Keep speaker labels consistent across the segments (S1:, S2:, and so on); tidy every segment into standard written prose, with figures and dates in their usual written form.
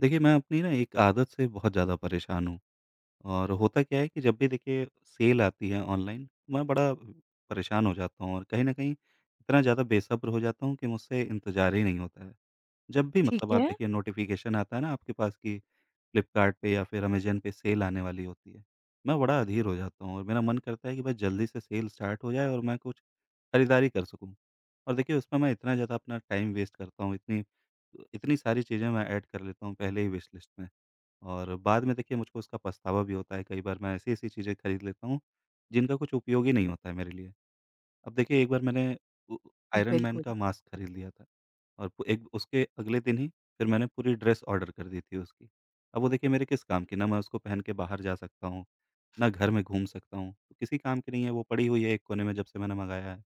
S1: देखिए, मैं अपनी ना एक आदत से बहुत ज़्यादा परेशान हूँ और होता क्या है कि जब भी देखिए सेल आती है ऑनलाइन, मैं बड़ा परेशान हो जाता हूँ और कहीं न कहीं इतना ज़्यादा बेसब्र हो जाता हूँ कि मुझसे इंतज़ार ही नहीं होता है। जब भी
S2: ठीक
S1: मतलब आप
S2: है,
S1: देखिए नोटिफ़िकेशन आता है ना आपके पास कि फ्लिपकार्ट पे या फिर अमेज़न पे सेल आने वाली होती है, मैं बड़ा अधीर हो जाता हूँ और मेरा मन करता है कि बस जल्दी से सेल स्टार्ट हो जाए और मैं कुछ खरीदारी कर सकूँ। और देखिए उसमें मैं इतना ज़्यादा अपना टाइम वेस्ट करता हूँ, इतनी इतनी सारी चीज़ें मैं ऐड कर लेता हूँ पहले ही विश लिस्ट में और बाद में देखिए मुझको उसका पछतावा भी होता है, कई बार मैं ऐसी-ऐसी चीज़ें खरीद लेता हूँ, जिनका कुछ उपयोग ही नहीं होता है मेरे लिए। अब देखिए एक बार मैंने उ आयरन मैन
S2: बिल्कुल।
S1: का मास्क खरीद लिया था और पु एक उसके अगले दिन ही फिर मैंने पूरी ड्रेस ऑर्डर कर दी थी उसकी। अब वो देखिए मेरे किस काम की, ना मैं उसको पहन के बाहर जा सकता हूँ, ना घर में घूम सकता हूँ, तो किसी काम की नहीं है, वो पड़ी हुई है एक कोने में जब से मैंने मँगाया है।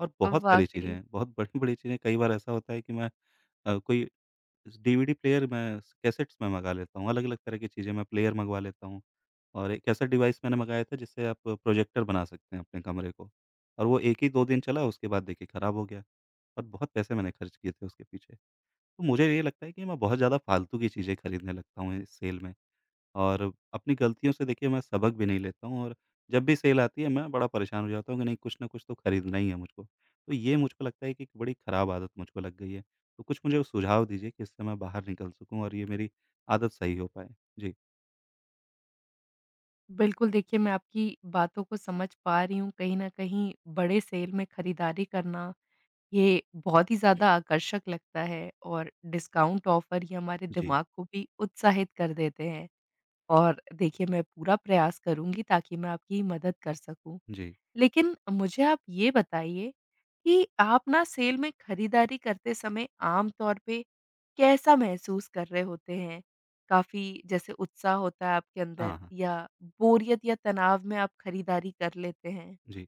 S1: और बहुत सारी चीज़ें
S2: वाक़ई।
S1: हैं, बहुत बड़ी-बड़ी चीज़ें कई बार ऐसा होता है कि मैं कोई डीवीडी प्लेयर मैं कैसेट्स में मँगा लेता हूँ, अलग-अलग तरह की चीज़ें मैं प्लेयर मँगवा लेता हूँ और एक ऐसा डिवाइस मैंने मँगाया था जिससे आप प्रोजेक्टर बना सकते हैं अपने कमरे को, और वो 1 ही 2 दिन चला, उसके बाद देखिए ख़राब हो गया और बहुत पैसे मैंने खर्च किए थे उसके पीछे। तो मुझे ये लगता है कि मैं बहुत ज़्यादा फ़ालतू की चीज़ें खरीदने लगता हूँ इस सेल में। और अपनी गलतियों से देखिए मैं सबक भी नहीं लेता हूँ, और जब भी सेल आती है मैं बड़ा परेशान हो जाता हूँ कि नहीं, कुछ ना कुछ तो खरीदना ही है मुझको। तो ये मुझको लगता है कि एक बड़ी ख़राब आदत मुझको लग गई है। तो कुछ मुझे सुझाव दीजिए कि इससे मैं बाहर निकल सकूँ और ये मेरी आदत सही हो पाए। जी।
S2: बिल्कुल, देखिए मैं आपकी बातों को समझ पा रही हूँ, कहीं न कहीं बड़े सेल में खरीदारी करना, ये बहुत ही ज़्यादा आकर्षक लगता है और डिस्काउंट ऑफ़र ये हमारे
S1: जी।
S2: दिमाग को भी उत्साहित कर देते हैं। और देखिए मैं पूरा प्रयास करूँगी ताकि मैं आपकी मदद कर सकूँ।
S1: जी।
S2: लेकिन मुझे आप ये बताइए कि आप ना सेल में खरीदारी करते समय आम तौर पे कैसा महसूस कर रहे होते हैं? काफ़ी जैसे उत्साह होता है आपके अंदर
S1: हाँ, हाँ।
S2: या बोरियत या तनाव में आप खरीदारी कर लेते हैं?
S1: जी।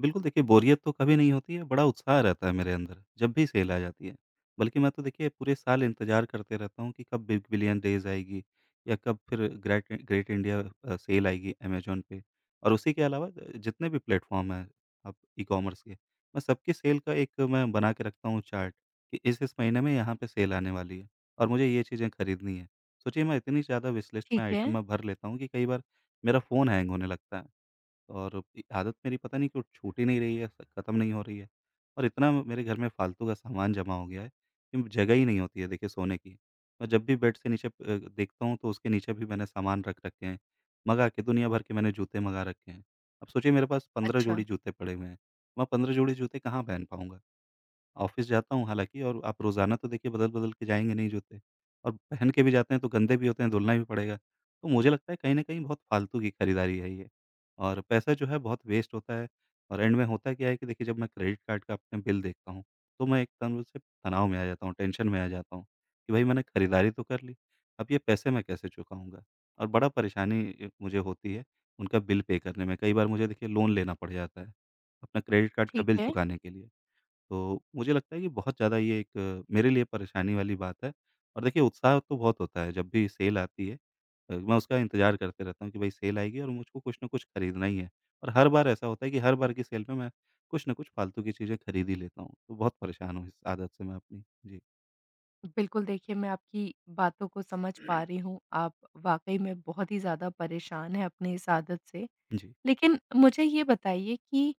S1: बिल्कुल, देखिए बोरियत तो कभी नहीं होती है, बड़ा उत्साह रहता है मेरे अंदर, जब भी सेल आ जाती है। बल्कि मैं तो देखिए पूरे साल इंतज़ार करते रहता हूँ कि कब बिग बिलियन डेज़ आएगी या कब फिर ग्रेट ग्रेट इंडिया सेल आएगी अमेज़न पे। और उसी के अलावा, जितने भी प्लेटफ़ॉर्म हैं अब ई-कॉमर्स के, मैं सबकी सेल का एक मैं बना के रखता हूँ चार्ट कि इस-इस महीने में यहाँ पे सेल आने वाली है और मुझे ये चीज़ें खरीदनी है। सोचिए मैं इतनी ज़्यादा विश लिस्ट में
S2: ठीक है।
S1: आइटम मैं भर लेता हूँ कि कई बार मेरा फ़ोन हैंग होने लगता है। और ये आदत मेरी पता नहीं क्यों छूट ही नहीं रही है, स खत्म नहीं हो रही है। और इतना मेरे घर में फालतू का सामान जमा हो गया है कि जगह ही नहीं होती है देखिए सोने की। मैं जब भी बेड से नीचे देखता हूँ, तो उसके नीचे भी मैंने सामान रख रखे हैं। मँगा के दुनिया भर के मैंने जूते मँगा रखे हैं। अब सोचिए मेरे पास 15
S2: अच्छा।
S1: जोड़ी जूते पड़े हुए हैं। मैं 15 जोड़ी जूते कहाँ पहन पाऊँगा? ऑफ़िस जाता हूँ हालाँकि, और आप रोज़ाना तो देखिए बदल-बदल के जाएँगे नहीं जूते, और पहन के भी जाते हैं तो गंदे भी होते हैं, धुलना भी पड़ेगा। तो मुझे लगता है कहीं न कहीं बहुत फालतू की खरीदारी है ये, और पैसा जो है बहुत वेस्ट होता है। और एंड में होता क्या है कि देखिए जब मैं क्रेडिट कार्ड का अपने बिल देखता हूँ, तो मैं एक तरह से तनाव में आ जाता हूँ, टेंशन में आ जाता हूँ कि भई मैंने खरीदारी तो कर ली, अब ये पैसे मैं कैसे चुकाऊँगा? और बड़ा परेशानी मुझे होती है उनका बिल पे करने में। कई बार मुझे देखिए लोन लेना पड़ जाता है, अपना क्रेडिट कार्ड का
S2: ठीक
S1: बिल
S2: है।
S1: चुकाने के लिए। तो मुझे लगता है कि बहुत ज़्यादा ये एक मेरे लिए परेशानी वाली बात है, और देखिए उत्साह तो बहुत होता है जब भी सेल आती है। मैं उसका इंतज़ार करते रहता हूँ कि भाई सेल आएगी और मुझको कुछ ना कुछ खरीदना ही है, और हर बार ऐसा होता है कि हर बार की सेल में मैं कुछ ना कुछ फालतू की चीज़ें खरीद ही लेता हूँ, तो बहुत परेशान हूँ इस आदत से मैं अपनी। जी।
S2: बिल्कुल देखिए, मैं आपकी बातों को समझ पा रही हूँ, आप वाक़ई में बहुत ही ज़्यादा परेशान हैं अपनी इस आदत से।
S1: जी।
S2: लेकिन मुझे ये बताइए कि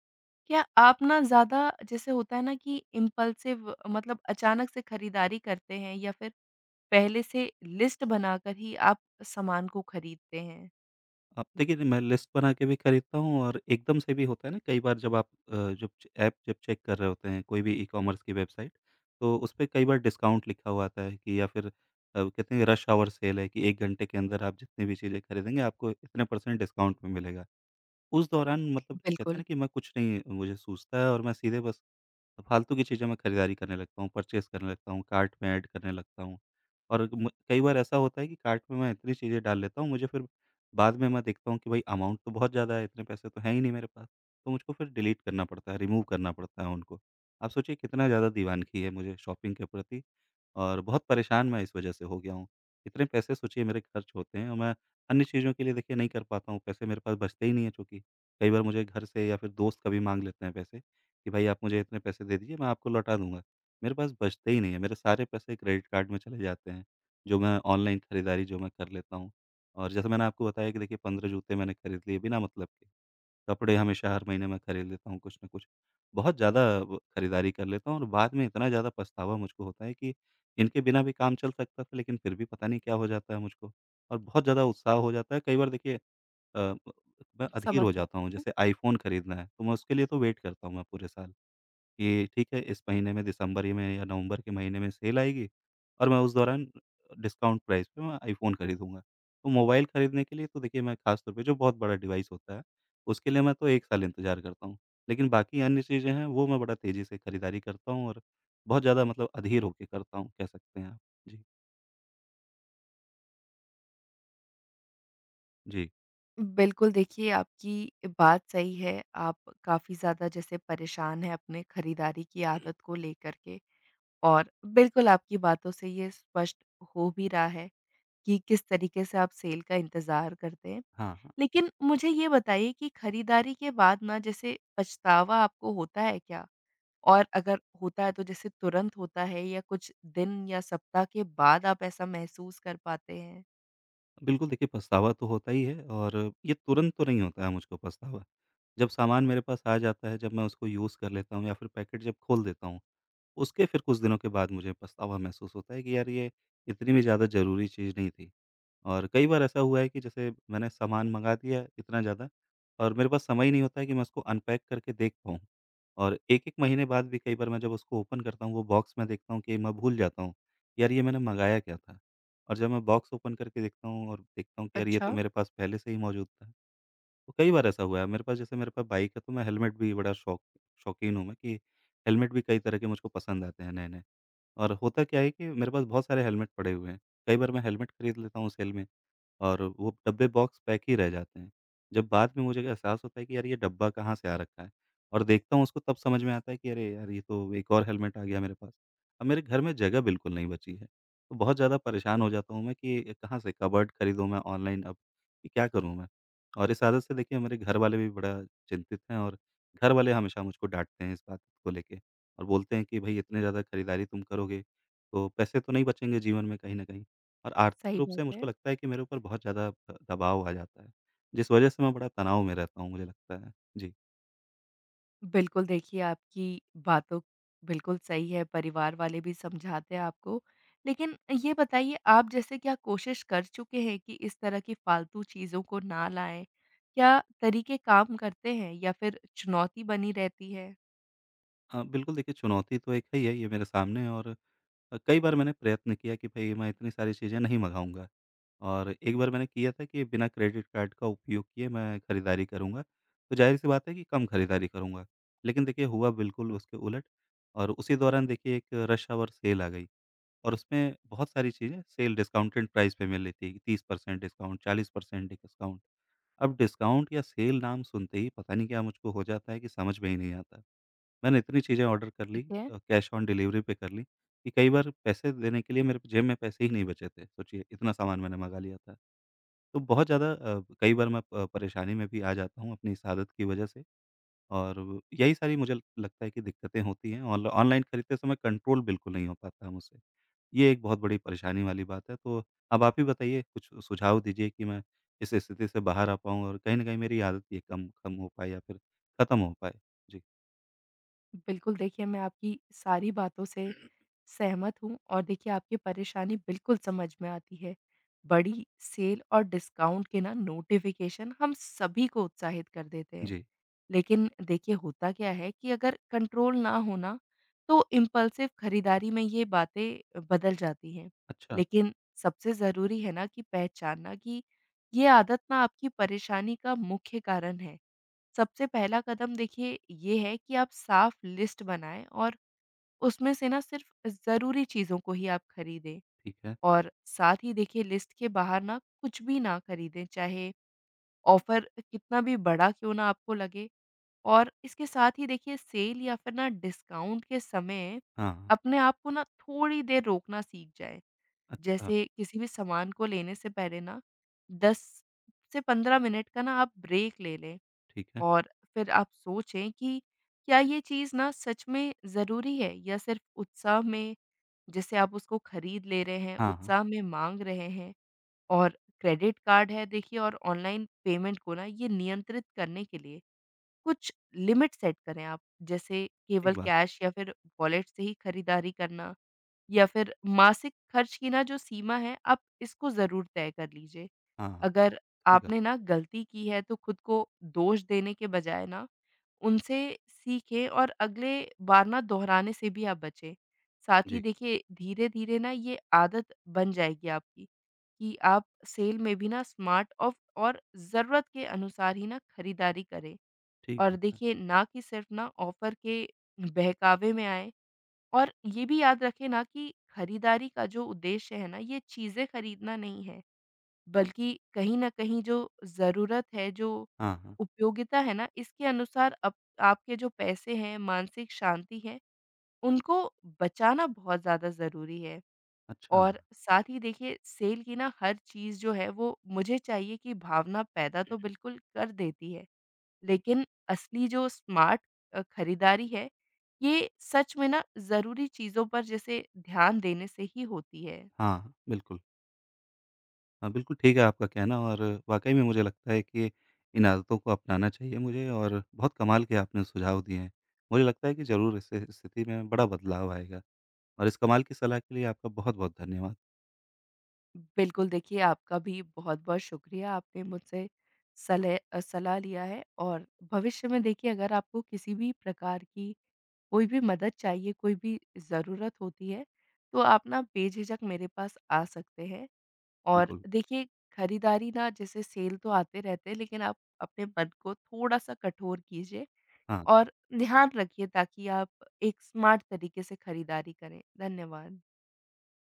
S2: क्या आप ना ज़्यादा जैसे होता है ना कि इम्पल्सिव मतलब अचानक से खरीदारी करते हैं या फिर पहले से लिस्ट बनाकर ही आप सामान को खरीदते हैं?
S1: अब देखिए मैं लिस्ट बना के भी खरीदता हूँ और एकदम से भी होता है ना, कई बार जब आप जब ऐप जब चेक कर रहे होते हैं कोई भी ई कॉमर्स की वेबसाइट, तो उस पे कई बार डिस्काउंट लिखा हुआ आता है कि या फिर कहते हैं रश आवर सेल है कि 1 घंटे के अंदर आप जितनी भी चीज़ें खरीदेंगे आपको इतने परसेंट डिस्काउंट में मिलेगा। उस दौरान मतलब कहते हैं
S2: बिल्कुल,
S1: ना कि मैं कुछ नहीं, मुझे सूझता है और मैं सीधे बस, तो फालतू की चीज़ें मैं खरीदारी करने लगता हूँ, परचेज़ करने लगता हूँ, कार्ट में ऐड करने लगता हूँ। और म कई बार ऐसा होता है कि कार्ट में मैं इतनी चीज़ें डाल लेता हूँ, मुझे फिर बाद में मैं देखता हूँ कि भाई अमाउंट तो बहुत ज़्यादा है, इतने पैसे तो हैं ही नहीं मेरे पास। तो मुझको फिर डिलीट करना पड़ता है, रिमूव करना पड़ता है उनको। आप सोचिए कितना ज़्यादा दीवानगी है मुझे शॉपिंग के प्रति, और बहुत परेशान मैं इस वज़ह से हो गया हूँ। इतने पैसे सोचिए मेरे खर्च होते हैं, और मैं अन्य चीज़ों के लिए देखिए नहीं कर पाता हूँ, पैसे मेरे पास बचते ही नहीं हैं चूँकि। कई बार मुझे घर से या फिर दोस्त कभी माँग लेते हैं पैसे, कि भाई आप मुझे इतने पैसे दे दीजिए, मैं आपको लौटा दूँगा। मेरे पास बचते ही नहीं है, मेरे सारे पैसे क्रेडिट कार्ड में चले जाते हैं, जो मैं ऑनलाइन खरीदारी जो मैं कर लेता हूँ। और जैसे मैंने आपको बताया कि देखिए 15 जूते मैंने खरीद लिए बिना मतलब के, कपड़े हमेशा हर महीने मैं खरीद लेता हूँ कुछ न कुछ। बहुत ज़्यादा ब खरीदारी कर लेता हूँ, और बाद में इतना ज़्यादा पछतावा मुझको होता है कि इनके बिना भी काम चल सकता था, लेकिन फिर भी पता नहीं क्या हो जाता है मुझको। और बहुत ज़्यादा उत्साह हो जाता है कई बार देखिए, अ, मैं अधीर
S2: समझ
S1: हो जाता
S2: सकती
S1: हूँ।
S2: हूँ।
S1: जैसे आईफ़ोन खरीदना है, तो मैं उसके लिए तो वेट करता हूँ मैं पूरे साल। कि ठीक है इस महीने में, दिसंबर ही में या नवंबर के महीने में सेल आएगी और मैं उस दौरान डिस्काउंट प्राइस पे मैं आईफ़ोन खरीदूँगा। तो मोबाइल खरीदने के लिए तो देखिए मैं ख़ास तौर पे, जो बहुत बड़ा डिवाइस होता है, उसके लिए मैं तो 1 साल इंतज़ार करता हूँ। लेकिन बाकी अन्य चीज़ें हैं वो मैं बड़ा तेज़ी से खरीदारी करता हूँ, और बहुत ज़्यादा मतलब अधीर होके करता हूँ कह सकते हैं आप। जी, जी।
S2: बिल्कुल देखिए, आपकी बात सही है, आप काफ़ी ज़्यादा जैसे परेशान हैं अपने खरीदारी की आदत को लेकर के, और बिल्कुल आपकी बातों से ये स्पष्ट हो भी रहा है कि किस तरीके से आप सेल का इंतज़ार करते हैं।
S1: हाँ, हाँ।
S2: लेकिन मुझे ये बताइए कि खरीदारी के बाद ना जैसे पछतावा आपको होता है क्या? और अगर होता है तो जैसे तुरंत होता है या कुछ दिन या सप्ताह के बाद आप ऐसा महसूस कर पाते हैं?
S1: बिल्कुल, देखिए पछतावा तो होता ही है, और ये तुरंत तो नहीं होता है मुझको पछतावा। जब सामान मेरे पास आ जाता है, जब मैं उसको यूज़ कर लेता हूँ या फिर पैकेट जब खोल देता हूँ, उसके फिर कुछ दिनों के बाद मुझे पछतावा महसूस होता है कि यार ये इतनी भी ज़्यादा ज़रूरी चीज़ नहीं थी। और कई बार ऐसा हुआ है कि जैसे मैंने सामान मँगा दिया इतना ज़्यादा और मेरे पास समय ही नहीं होता है कि मैं उसको अनपैक करके देख पाऊँ। और 1-1 महीने बाद भी कई बार मैं जब उसको ओपन करता हूँ, वो बॉक्स मैं देखता हूँ कि मैं भूल जाता हूँ, यार ये मैंने मँगाया क्या था? और जब मैं बॉक्स ओपन करके देखता हूँ और देखता हूँ कि यार ये तो
S2: अच्छा,
S1: मेरे पास पहले से ही मौजूद था। तो कई बार ऐसा हुआ है मेरे पास, जैसे मेरे पास बाइक है, तो मैं हेलमेट भी बड़ा शौकीन हूँ मैं, कि हेलमेट भी कई तरह के मुझको पसंद आते हैं नए नए, और होता क्या है कि मेरे पास बहुत सारे हेलमेट पड़े हुए हैं। कई बार मैं हेलमेट खरीद लेता हूँ सेल में, और वो डब्बे बॉक्स पैक ही रह जाते हैं। जब बाद में मुझे एहसास होता है कि यार ये डब्बा कहाँ से आ रखा है, और देखता हूँ उसको, तब समझ में आता है कि अरे यार ये तो एक और हेलमेट आ गया मेरे पास। अब मेरे घर में जगह बिल्कुल नहीं बची है। तो बहुत ज़्यादा परेशान हो जाता हूँ मैं कि ये कहाँ से कबर्ड खरीदूँ मैं ऑनलाइन अब, कि क्या करूँ मैं? और इस आदत से देखिए मेरे घर वाले भी बड़ा चिंतित हैं, और घर वाले हमेशा मुझको डाँटते हैं इस बात को लेके। और बोलते हैं कि भई इतने ज़्यादा खरीदारी तुम करोगे, तो पैसे तो नहीं बचेंगे जीवन में कहीं न कहीं। और आर्थिक
S2: सही
S1: रूप से
S2: बात
S1: मुझको
S2: है।
S1: लगता है कि मेरे ऊपर बहुत ज़्यादा द दबाव आ जाता है, जिस वजह से मैं बड़ा तनाव में रहता हूँ मुझे लगता है। जी।
S2: बिल्कुल, देखिए आपकी बातों बिल्कुल सही है, परिवार वाले भी समझाते हैं आपको। लेकिन ये बताइए, आप जैसे क्या कोशिश कर चुके हैं कि इस तरह की फालतू चीज़ों को ना लाएँ? क्या तरीके काम करते हैं या फिर चुनौती बनी रहती है?
S1: बिल्कुल देखिए चुनौती तो एक है ही है, ये मेरे सामने है, और कई बार मैंने प्रयत्न किया कि भई मैं इतनी सारी चीज़ें नहीं मँगाऊँगा, और एक बार मैंने किया था कि बिना क्रेडिट कार्ड का उपयोग किए मैं खरीदारी करूँगा, तो ज़ाहिर-सी बात है कि कम खरीदारी करूँगा। लेकिन देखिए हुआ बिल्कुल उसके उलट, और उसी दौरान देखिए एक रश ऑवर सेल आ गई, और उसमें बहुत सारी चीज़ें सेल डिस्काउंटेड प्राइस पे मिल रही थी, 30% डिस्काउंट, 40% डिस्काउंट। अब डिस्काउंट या सेल नाम सुनते ही पता नहीं क्या मुझको हो जाता है कि समझ में ही नहीं आता। मैंने इतनी चीज़ें ऑर्डर कर ली,
S2: ठीक है।
S1: कैश ऑन डिलीवरी पे कर ली, कि कई बार पैसे देने के लिए मेरे जेब में पैसे ही नहीं बचे थे, सोचिए इतना सामान मैंने मँगा लिया था। तो बहुत ज़्यादा कई बार मैं प परेशानी में भी आ जाता हूँ अपनी इस आदत की वजह से, और यही सारी मुझे लगता है कि दिक्कतें होती हैं ऑनलाइन खरीदते समय, कंट्रोल बिल्कुल नहीं हो पाता मुझसे। ये एक बहुत बड़ी परेशानी वाली बात है, तो अब आप ही बताइए, कुछ सुझाव दीजिए कि मैं इस स्थिति से बाहर आ पाऊँ और कहीं न कहीं मेरी आदत ये कम कम हो पाए या फिर खत्म हो पाए? जी।
S2: बिल्कुल, देखिए मैं आपकी सारी बातों से सहमत हूँ, और देखिए आपकी परेशानी बिल्कुल समझ में आती है। बड़ी सेल और डिस्काउंट के ना नोटिफ़िकेशन हम सभी को उत्साहित कर देते हैं।
S1: जी।
S2: लेकिन देखिए होता क्या है कि अगर कंट्रोल ना हो ना, तो इम्पल्सिव खरीदारी में ये बातें बदल जाती हैं।
S1: अच्छा,
S2: लेकिन सबसे ज़रूरी है ना कि पहचानना कि ये आदत ना आपकी परेशानी का मुख्य कारण है। सबसे पहला कदम देखिए ये है कि आप साफ लिस्ट बनाएँ और उसमें से ना सिर्फ़ ज़रूरी चीज़ों को ही आप खरीदें।
S1: ठीक है।
S2: और साथ ही देखिए, लिस्ट के बाहर ना कुछ भी ना खरीदें, चाहे ऑफ़र कितना भी बड़ा क्यों ना आपको लगे। और इसके साथ ही देखिए, सेल या फिर ना डिस्काउंट के समय
S1: हाँ,
S2: अपने आप को ना थोड़ी देर रोकना सीख जाए।
S1: अच्छा,
S2: जैसे किसी भी सामान को लेने से पहले ना 10 से 15 मिनट का ना आप ब्रेक ले लें,
S1: ठीक है।
S2: और फिर आप सोचें कि क्या ये चीज़ ना सच में ज़रूरी है या सिर्फ उत्साह में जैसे आप उसको खरीद ले रहे हैं,
S1: हाँ, हाँ।
S2: उत्साह में माँग रहे हैं। और क्रेडिट कार्ड है देखिए, और ऑनलाइन पेमेंट को ना ये नियंत्रित करने के लिए कुछ लिमिट सेट करें आप, जैसे
S1: ठीक
S2: केवल
S1: बात।
S2: कैश या फिर वॉलेट से ही खरीदारी करना, या फिर मासिक खर्च की ना जो सीमा है, आप इसको ज़रूर तय कर लीजिए।
S1: हाँ, हाँ,
S2: अगर
S1: सही कहा।
S2: आपने ना गलती की है, तो खुद को दोष देने के बजाय ना उनसे सीखें और अगले बार ना दोहराने से भी आप बचें। साथ ही
S1: जी,
S2: देखिए, धीरे-धीरे ना ये आदत बन जाएगी आपकी कि आप सेल में भी ना स्मार्ट ऑफ और ज़रूरत के अनुसार ही ना खरीदारी करें।
S1: ठीक
S2: और
S1: बात है।
S2: देखिए ना कि सिर्फ ना ऑफर के बहकावे में आएँ, और ये भी याद रखें ना कि खरीदारी का जो उद्देश्य है ना, ये चीज़ें खरीदना नहीं है, बल्कि कहीं न कहीं जो ज़रूरत है, जो
S1: हाँ, हाँ,
S2: उपयोगिता है ना, इसके अनुसार अप आपके जो पैसे हैं, मानसिक शांति है, उनको बचाना बहुत ज़्यादा ज़रूरी है।
S1: अच्छा
S2: और
S1: लगा।
S2: साथ ही देखिए, सेल की ना हर चीज़ जो है वो मुझे चाहिए की भावना पैदा तो बिल्कुल कर देती है। लेकिन असली जो स्मार्ट खरीदारी है, ये सच में ना ज़रूरी चीज़ों पर जैसे ध्यान देने से ही होती है।
S1: हाँ, बिल्कुल। हाँ, बिल्कुल ठीक है आपका कहना, और वाक़ई में मुझे लगता है कि इन आदतों को अपनाना चाहिए मुझे, और बहुत कमाल के आपने सुझाव दिए हैं। मुझे लगता है कि ज़रूर इससे स्थिति में बड़ा बदलाव आएगा, और इस कमाल की सलाह के लिए आपका बहुत-बहुत धन्यवाद।
S2: बिल्कुल, देखिए आपका भी बहुत-बहुत शुक्रिया, आपने मुझसे सलाह लिया है, और भविष्य में देखिए अगर आपको किसी भी प्रकार की कोई भी मदद चाहिए, कोई भी ज़रूरत होती है, तो आप ना बेझिझक मेरे पास आ सकते हैं। और
S1: बिल्कुल,
S2: देखिए, खरीदारी ना जैसे सेल तो आते रहते हैं, लेकिन आप अपने मन को थोड़ा-सा कठोर कीजिए
S1: हाँ।
S2: और ध्यान रखिए ताकि आप एक स्मार्ट तरीके से खरीदारी करें। धन्यवाद।